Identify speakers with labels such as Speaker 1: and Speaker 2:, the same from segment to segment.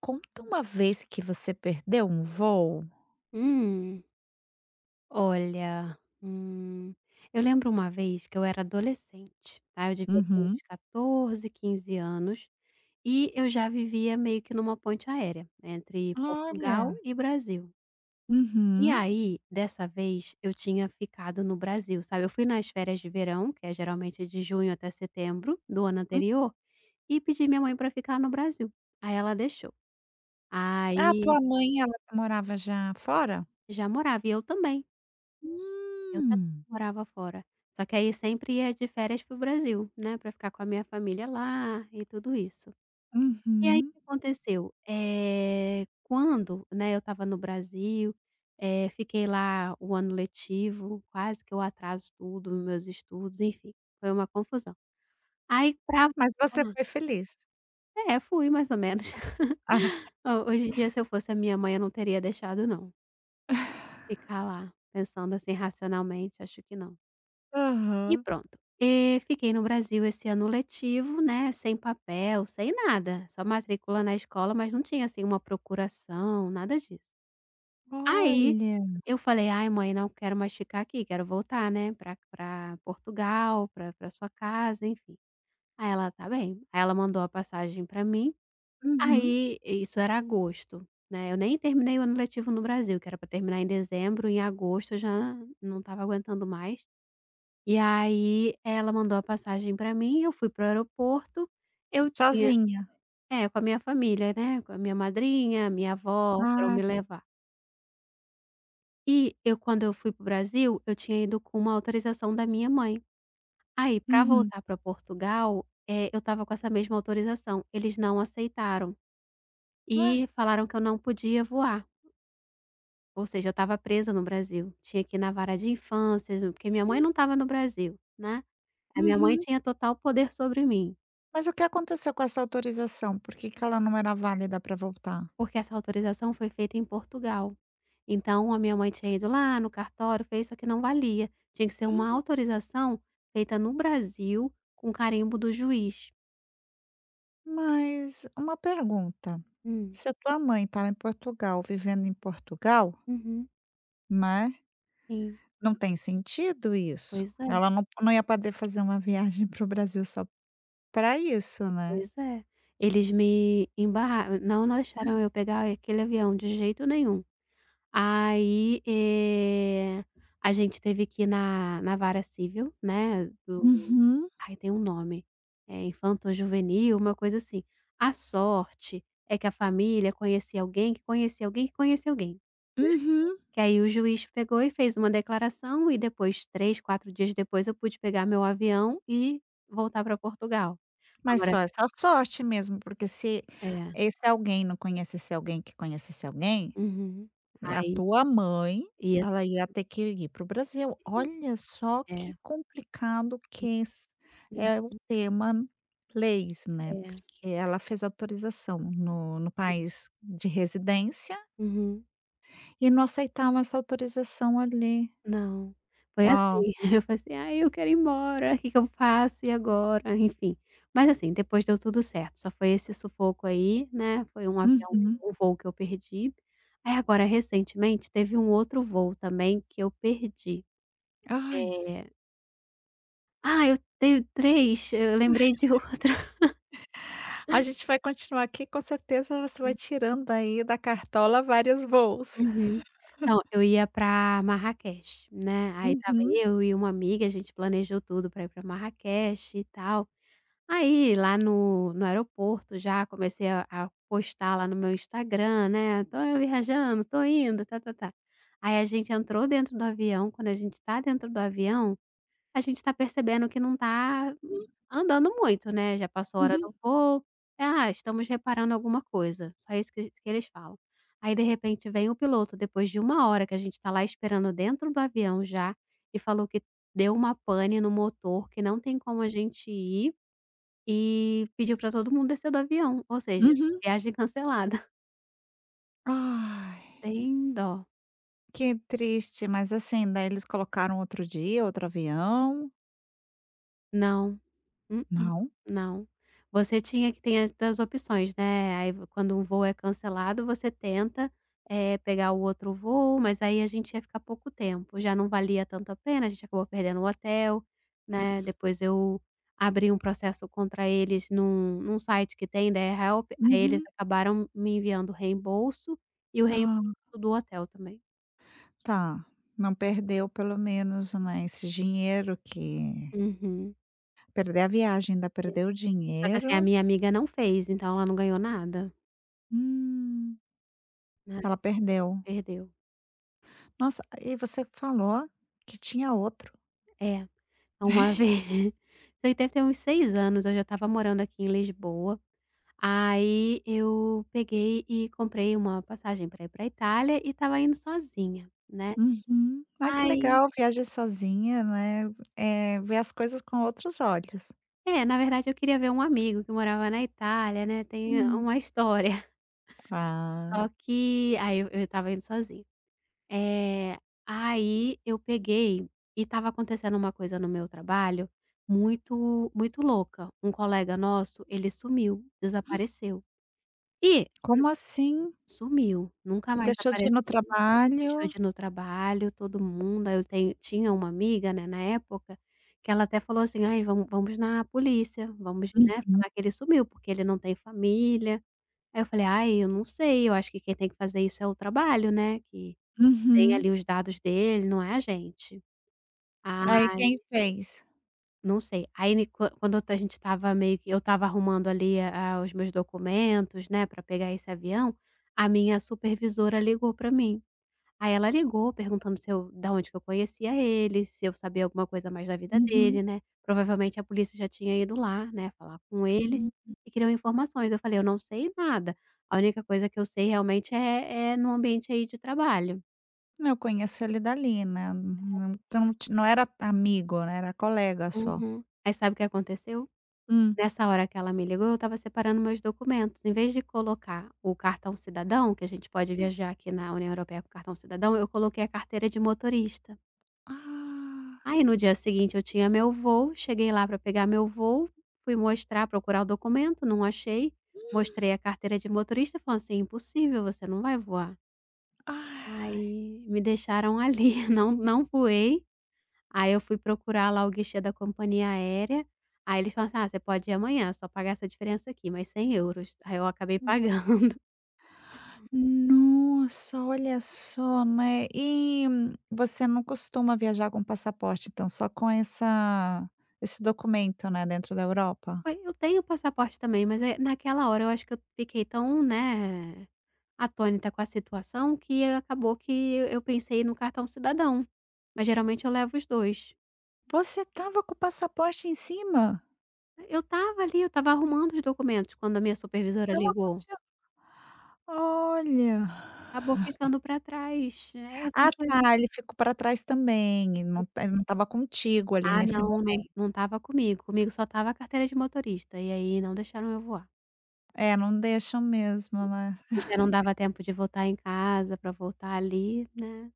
Speaker 1: Conta uma vez que você perdeu um voo.
Speaker 2: Hum, Olha, eu lembro uma vez que eu era adolescente, tá? Eu devia ter
Speaker 1: Uhum.
Speaker 2: uns 14, 15 anos e eu já vivia meio que numa ponte aérea, né, entre Portugal
Speaker 1: Olha.
Speaker 2: e Brasil. E
Speaker 1: Uhum.
Speaker 2: aí, dessa vez, eu tinha ficado no Brasil, sabe? Eu fui nas férias de verão, que é geralmente de junho até setembro do ano
Speaker 1: Hum.
Speaker 2: anterior, e pedi minha mãe para ficar no Brasil. Aí ela deixou.
Speaker 1: Ah,
Speaker 2: Aí
Speaker 1: tua mãe ela morava já fora?
Speaker 2: já morava e eu também. Eu também
Speaker 1: Hum.
Speaker 2: morava fora, só que aí sempre ia de férias para o Brasil, né, para ficar com a minha família lá e tudo isso. E aí o
Speaker 1: Uhum.
Speaker 2: que aconteceu, quando, né, eu estava no Brasil, fiquei lá o ano letivo, quase que eu atraso tudo, meus estudos, enfim, foi uma confusão. Aí pra
Speaker 1: Mas você
Speaker 2: voltar.
Speaker 1: foi feliz?
Speaker 2: É, fui mais ou menos.
Speaker 1: Ah.
Speaker 2: Ho hoje em dia se eu fosse a minha mãe eu não teria deixado não, ficar lá, pensando assim racionalmente, acho que não. E
Speaker 1: Aham.
Speaker 2: pronto. Fiquei no Brasil esse ano letivo, né, sem papel, sem nada, só matrícula na escola, mas não tinha, assim, uma procuração, nada disso. Aí,
Speaker 1: Olha.
Speaker 2: eu falei: "Ai mãe, não quero mais ficar aqui, quero voltar, né, pra Portugal, pra sua casa", enfim. Aí ela: "Tá bem". Aí ela mandou a passagem pra mim,
Speaker 1: Uhum.
Speaker 2: aí isso era agosto, né, eu nem terminei o ano letivo no Brasil, que era pra terminar em dezembro, em agosto eu já não estava aguentando mais. E aí ela mandou a passagem para mim, eu fui para o aeroporto, eu tinha.
Speaker 1: Sozinha?
Speaker 2: É, com a minha família, né, com a minha madrinha, minha avó, foram
Speaker 1: Ah.
Speaker 2: me levar. E eu quando eu fui para o Brasil, eu tinha ido com uma autorização da minha mãe. Aí para
Speaker 1: Uhum.
Speaker 2: voltar para Portugal, eu estava com essa mesma autorização, eles não aceitaram
Speaker 1: Ué.
Speaker 2: e falaram que eu não podia voar, ou seja, eu estava presa no Brasil, tinha que ir na vara de infância, porque minha mãe não estava no Brasil, né, a minha mãe
Speaker 1: Uhum.
Speaker 2: tinha total poder sobre mim.
Speaker 1: Mas o que aconteceu com essa autorização? Por que que ela não era válida para voltar?
Speaker 2: Porque essa autorização foi feita em Portugal. Então a minha mãe tinha ido lá no cartório, fez, só que não valia. Tinha que ser uma autorização feita no Brasil com carimbo do juiz.
Speaker 1: Mas uma pergunta,
Speaker 2: Hum,
Speaker 1: se a tua mãe estava em Portugal, vivendo em Portugal,
Speaker 2: uhum.
Speaker 1: né,
Speaker 2: Sim,
Speaker 1: não tem sentido isso?
Speaker 2: pois é,
Speaker 1: Ela não ia poder fazer uma viagem para o Brasil só para isso, né?
Speaker 2: pois é. Eles me embarraram, não deixaram eu pegar aquele avião de jeito nenhum. Aí, a gente teve que ir na vara civil, né, do
Speaker 1: Uhum,
Speaker 2: ai, tem um nome, é infanto-juvenil, uma coisa assim. A sorte é que a família conhecia alguém que conhecia alguém que conhecia alguém,
Speaker 1: uhum.
Speaker 2: que aí o juiz pegou e fez uma declaração e depois 3, 4 dias depois eu pude pegar meu avião e voltar para Portugal.
Speaker 1: Mas
Speaker 2: Agora
Speaker 1: só essa sorte mesmo, porque se
Speaker 2: é,
Speaker 1: esse alguém não conhecesse alguém que conhecesse alguém.
Speaker 2: uhum.
Speaker 1: A
Speaker 2: Aí
Speaker 1: tua mãe,
Speaker 2: ia ter
Speaker 1: ela ia ter que ir para o Brasil.
Speaker 2: é,
Speaker 1: Olha só que complicado que esse é o tema leis, né,
Speaker 2: é.
Speaker 1: porque ela fez autorização no país de residência
Speaker 2: Uhum.
Speaker 1: e não aceitavam essa autorização ali.
Speaker 2: não. Foi
Speaker 1: Uau.
Speaker 2: assim, eu falei assim: "Ai, eu quero ir embora, o que que eu faço? E agora?", enfim. Mas assim, depois deu tudo certo, só foi esse sufoco aí, né, foi um avião,
Speaker 1: Uhum.
Speaker 2: um voo que eu perdi. Aí agora recentemente teve um outro voo também que eu perdi.
Speaker 1: Ai,
Speaker 2: Eh, ah, eu tenho 3. Eu lembrei de outro.
Speaker 1: a gente vai continuar aqui, com certeza você vai tirando aí da cartola vários voos.
Speaker 2: Uhum. Então, eu ia para Marrakech, né, aí estava
Speaker 1: Uhum.
Speaker 2: eu e uma amiga, a gente planejou tudo para ir para Marrakech e tal. Aí, lá no aeroporto já comecei a postar lá no meu Instagram, né, "Tô viajando, tô indo, tá-tá-tá". Aí a gente entrou dentro do avião, quando a gente tá dentro do avião, a gente tá percebendo que não tá andando muito, né, já passou a hora
Speaker 1: Uhum.
Speaker 2: do voo. É, "Ah, estamos reparando alguma coisa", só isso que eles falam. Aí de repente vem o piloto, depois de uma hora que a gente tá lá esperando dentro do avião já, e falou que deu uma pane no motor, que não tem como a gente ir e pediu para todo mundo descer do avião, ou seja,
Speaker 1: Uhum.
Speaker 2: viagem cancelada.
Speaker 1: Ai.
Speaker 2: Tem dó.
Speaker 1: Que triste, mas assim, daí eles colocaram outro dia, outro avião?
Speaker 2: Não, mm-mm,
Speaker 1: Não?
Speaker 2: não. Você tinha que ter as opções, né, aí v quando um voo é cancelado, você tenta, pegar o outro voo, mas aí a gente ia ficar pouco tempo, já não valia tanto a pena, a gente acabou perdendo o hotel, né, depois eu abri um processo contra eles num site que tem da AirHelp, aí eles
Speaker 1: Uhum.
Speaker 2: acabaram me enviando o reembolso e o reembolso
Speaker 1: Ah,
Speaker 2: do hotel também.
Speaker 1: tá. Não perdeu pelo menos, né, esse dinheiro que
Speaker 2: Uhum.
Speaker 1: perder a viagem, ainda perdeu o
Speaker 2: Só que assim, a
Speaker 1: dinheiro.
Speaker 2: minha amiga não fez, então ela não ganhou nada,
Speaker 1: Hum,
Speaker 2: né,
Speaker 1: ela perdeu.
Speaker 2: perdeu.
Speaker 1: Nossa, e você falou que tinha outro.
Speaker 2: É, uma vez isso aí deve ter uns 6 anos, eu já estava morando aqui em Lisboa, aí eu peguei e comprei uma passagem para ir para Itália e estava indo sozinha, né.
Speaker 1: Uhum. Ai, que
Speaker 2: Aí
Speaker 1: legal, viagem sozinha, né, ver as coisas com outros olhos.
Speaker 2: é, na verdade eu queria ver um amigo que morava na Itália, né, tem
Speaker 1: Hum.
Speaker 2: uma história.
Speaker 1: Ah,
Speaker 2: Só que aí eu estava indo sozinha. É, aí eu peguei e estava acontecendo uma coisa no meu trabalho muito muito louca. Um colega nosso, ele sumiu, desapareceu. E
Speaker 1: como assim?
Speaker 2: sumiu, nunca mais
Speaker 1: Deixou de ir no
Speaker 2: apareceu,
Speaker 1: trabalho?
Speaker 2: deixou de ir no trabalho, todo mundo. Aí eu tenho tinha uma amiga, né, na época, que ela até falou assim: "Ai, vamos na polícia, vamos, né,
Speaker 1: Uhum.
Speaker 2: falar que ele sumiu, porque ele não tem família". Aí eu falei: "Ai, eu não sei, eu acho que quem tem que fazer isso é o trabalho, né, que". Tem
Speaker 1: Uhum.
Speaker 2: ali os dados dele, não é a gente. Ah,
Speaker 1: Aí quem fez?
Speaker 2: não sei. Aí ni quan quando eu ta a gente estava meio que eu estava arrumando ali a os meus documentos, né, para pegar esse avião, a minha supervisora ligou para mim. Aí ela ligou perguntando se eu da onde que eu conhecia ele, se eu sabia alguma coisa mais da vida dele,
Speaker 1: Uhum,
Speaker 2: né. Provavelmente a polícia já tinha ido lá, né, falar com eles
Speaker 1: hum.
Speaker 2: e queriam informações. Eu falei: "Eu não sei nada. A única coisa que eu sei realmente é no ambiente aí de trabalho".
Speaker 1: Eu conheço ele dali, né, não era amigo, né, era colega só.
Speaker 2: Uhum. Aí sabe o que aconteceu?
Speaker 1: Hum.
Speaker 2: Nessa hora que ela me ligou, eu estava separando meus documentos. Em vez de colocar o cartão cidadão, que a gente pode viajar aqui na União Europeia com cartão cidadão, eu coloquei a carteira de motorista.
Speaker 1: Ah,
Speaker 2: Aí no dia seguinte eu tinha meu voo, cheguei lá para pegar meu voo, fui mostrar, procurar o documento, não achei. Mostrei a carteira de motorista, falando assim: "Impossível, você não vai voar".
Speaker 1: ah,
Speaker 2: Aí me deixaram ali, não voei. Aí eu fui procurar lá o guichê da companhia aérea, aí eles falaram assim: "Ah, você pode ir amanhã, só pagar essa diferença aqui, mas mais euros". Aí eu acabei pagando.
Speaker 1: nossa, olha só, né. E você não costuma viajar com passaporte, então só com essa esse documento, né, dentro da Europa?
Speaker 2: Foi Eu tenho o passaporte também, mas, naquela hora eu acho que eu fiquei tão, né, atônita com a situação que acabou que eu pensei no cartão cidadão, mas geralmente eu levo os 2.
Speaker 1: Você tava com o passaporte em cima?
Speaker 2: Eu estava ali, eu estava arrumando os documentos quando a minha supervisora
Speaker 1: Tava
Speaker 2: ligou,
Speaker 1: contigo? Olha.
Speaker 2: acabou ficando pra trás. É, tem
Speaker 1: Ah,
Speaker 2: coisa.
Speaker 1: tá, ele ficou pra trás também, ele não estava contigo ali
Speaker 2: Ah,
Speaker 1: nesse
Speaker 2: não, não
Speaker 1: momento.
Speaker 2: não estava comigo. Comigo só tava a carteira de motorista, e aí não deixaram eu voar.
Speaker 1: É, não deixam mesmo, né.
Speaker 2: E já não dava tempo de voltar em casa pra voltar ali, né.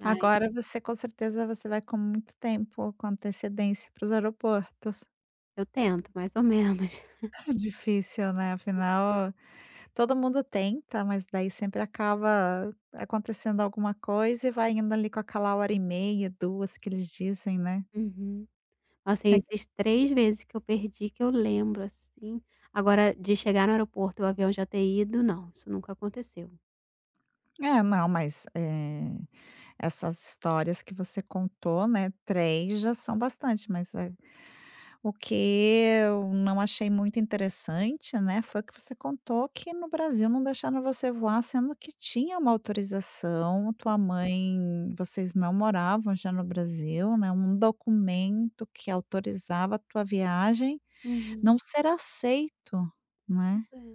Speaker 2: Ai,
Speaker 1: Agora você com certeza você vai com muito tempo, com antecedência para os aeroportos.
Speaker 2: eu tento, mais ou menos.
Speaker 1: É difícil, né, afinal todo mundo tenta, mas daí sempre acaba acontecendo alguma coisa e vai indo ali com aquela hora e meia, 2 que eles dizem, né.
Speaker 2: Uhum.
Speaker 1: É
Speaker 2: Assim,
Speaker 1: que
Speaker 2: esses 3 vezes que eu perdi que eu lembro, assim. Agora de chegar no aeroporto e o avião já ter ido, não, isso nunca aconteceu.
Speaker 1: é, não, mas, essas histórias que você contou, né, três já são bastante, mas a. O que eu não achei muito interessante, né, foi que você contou que no Brasil não deixaram você voar, sendo que tinha uma autorização, tua mãe vocês não moravam já no Brasil, né, um documento que autorizava a tua viagem
Speaker 2: Uhum.
Speaker 1: não ser aceito, né.
Speaker 2: Pois é.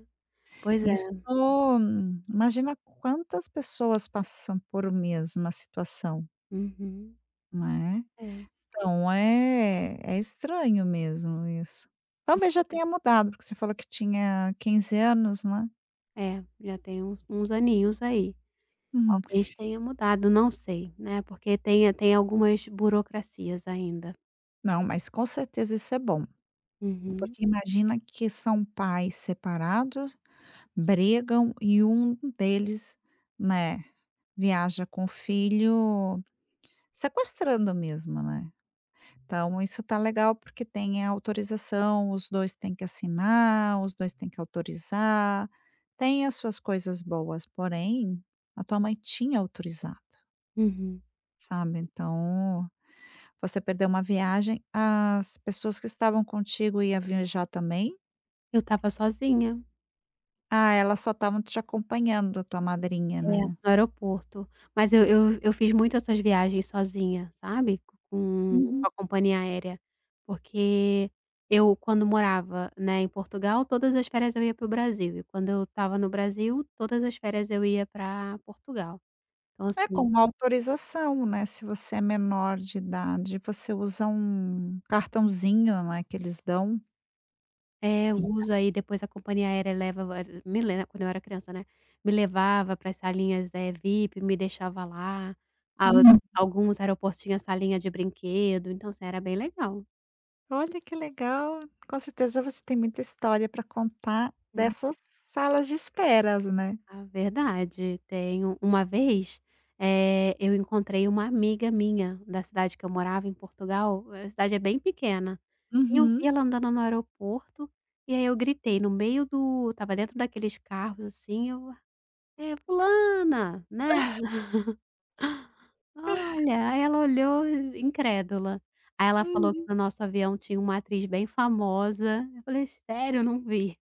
Speaker 2: Pois
Speaker 1: Isso,
Speaker 2: é.
Speaker 1: imagina quantas pessoas passam por mesma situação,
Speaker 2: Uhum.
Speaker 1: né.
Speaker 2: É.
Speaker 1: Então, é estranho mesmo isso. Talvez já tenha mudado, porque você falou que tinha 15 anos, né.
Speaker 2: É, já tem uns aninhos aí.
Speaker 1: Uhum.
Speaker 2: Talvez tenha mudado, não sei, né, porque tem algumas burocracias ainda.
Speaker 1: Não, mas com certeza isso é bom,
Speaker 2: Uhum,
Speaker 1: porque imagina que são pais separados, brigam e um deles, né, viaja com o filho sequestrando mesmo, né. Então isso tá legal, porque tem a autorização, os 2 têm que assinar, os 2 têm que autorizar. Tem as suas coisas boas, porém, a tua mãe tinha autorizado,
Speaker 2: uhum.
Speaker 1: sabe. Então, você perdeu uma viagem, as pessoas que estavam contigo ia viajar também.
Speaker 2: Eu estava sozinha,
Speaker 1: Ah, elas só estavam te acompanhando, a tua madrinha,
Speaker 2: é, no
Speaker 1: né.
Speaker 2: aeroporto, mas eu fiz muito essas viagens sozinha, sabe, com
Speaker 1: Uhum.
Speaker 2: a companhia aérea, porque eu quando morava, né, em Portugal, todas as férias eu ia para o Brasil e quando eu estava no Brasil, todas as férias eu ia para Portugal. Então
Speaker 1: É,
Speaker 2: assim.
Speaker 1: com autorização, né, se você é menor de idade, você usa um cartãozinho, né, que eles dão.
Speaker 2: É, eu uso, aí depois a companhia aérea leva me le né, quando eu era criança, né, me levava para as salinhas, VIP, me deixava lá, aos
Speaker 1: Uhum.
Speaker 2: alguns aeroportos tinha salinha de brinquedo, então assim, era bem legal.
Speaker 1: Olha que legal. Com certeza você tem muita história para contar
Speaker 2: Hum.
Speaker 1: dessas salas de esperas, né?
Speaker 2: A verdade, tenho uma vez, eu encontrei uma amiga minha da cidade que eu morava em Portugal, a cidade é bem pequena, e eu vi
Speaker 1: Uhum.
Speaker 2: ela andando no aeroporto, e aí eu gritei no meio do tava dentro daqueles carros, assim, eu: "É fulana", né. Olha, aí ela olhou incrédula. Aí ela falou que
Speaker 1: Uhum.
Speaker 2: no nosso avião tinha uma atriz bem famosa. Eu falei: "Sério? Não vi".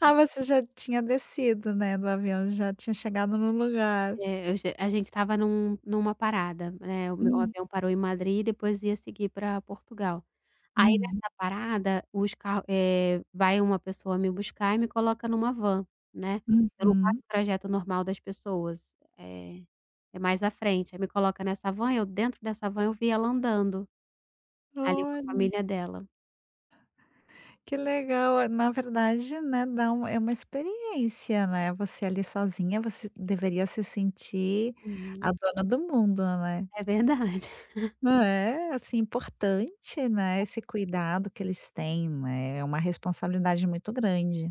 Speaker 1: Ah, você já tinha descido, né, do avião, já tinha chegado no lugar.
Speaker 2: É, eu já a gente estava numa parada, né, o meu
Speaker 1: Hum.
Speaker 2: avião parou em Madrid e depois ia seguir pra Portugal. Aí
Speaker 1: Uhum.
Speaker 2: nessa parada, vai uma pessoa me buscar e me coloca numa van, né. Eu não faço
Speaker 1: Uhum.
Speaker 2: o trajeto normal das pessoas, é mais à frente. Aí me coloca nessa van, eu dentro dessa van eu vi ela andando, ali com a
Speaker 1: Olha,
Speaker 2: família dela.
Speaker 1: que legal. Na verdade, né, dá um é uma experiência, né, você ali sozinha, você deveria se sentir a
Speaker 2: Uhum.
Speaker 1: dona do mundo, né?
Speaker 2: É verdade,
Speaker 1: É, assim, importante, né, esse cuidado que eles têm, né, é uma responsabilidade muito grande.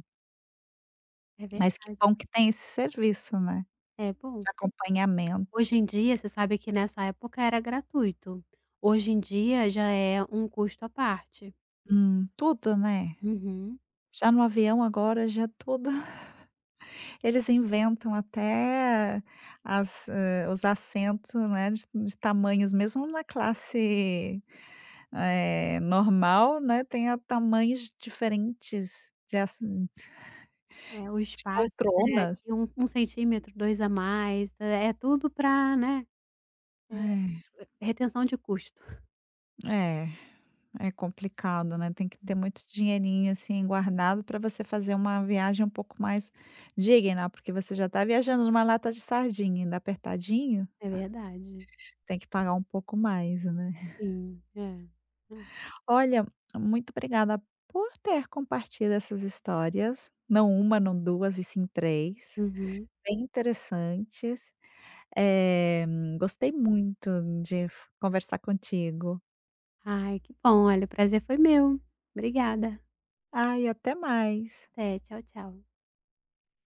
Speaker 2: é
Speaker 1: Mas que
Speaker 2: verdade.
Speaker 1: bom que tem esse serviço, né,
Speaker 2: É bom.
Speaker 1: de acompanhamento.
Speaker 2: Hoje em dia, você sabe que nessa época era gratuito. Hoje em dia já é um custo à parte.
Speaker 1: Tudo, né.
Speaker 2: Uhum.
Speaker 1: Já no avião agora já tudo eles inventam até as hã, os assentos, né, de tamanhos mesmo na classe, normal, né, tem a tamanhos diferentes de assen
Speaker 2: É o
Speaker 1: de
Speaker 2: espaço, né,
Speaker 1: poltronas.
Speaker 2: aqui 1 centímetro, 2 a mais, é tudo para, né, eh, retenção de custo.
Speaker 1: É, é. É complicado, né, tem que ter
Speaker 2: Hum.
Speaker 1: muito dinheirinho, assim, guardado para você fazer uma viagem um pouco mais digna, porque você já está viajando numa lata de sardinha, ainda apertadinho,
Speaker 2: É verdade.
Speaker 1: tem que pagar um pouco mais, né.
Speaker 2: Sim, é. É.
Speaker 1: Olha, muito obrigada por ter compartilhado essas histórias, não uma, não 2, e sim três,
Speaker 2: Uhum.
Speaker 1: bem interessantes. Eh, Gostei muito de f conversar contigo.
Speaker 2: Ai, que bom, olha, o prazer foi meu. Obrigada.
Speaker 1: Ai, até mais.
Speaker 2: Até, tchau, tchau.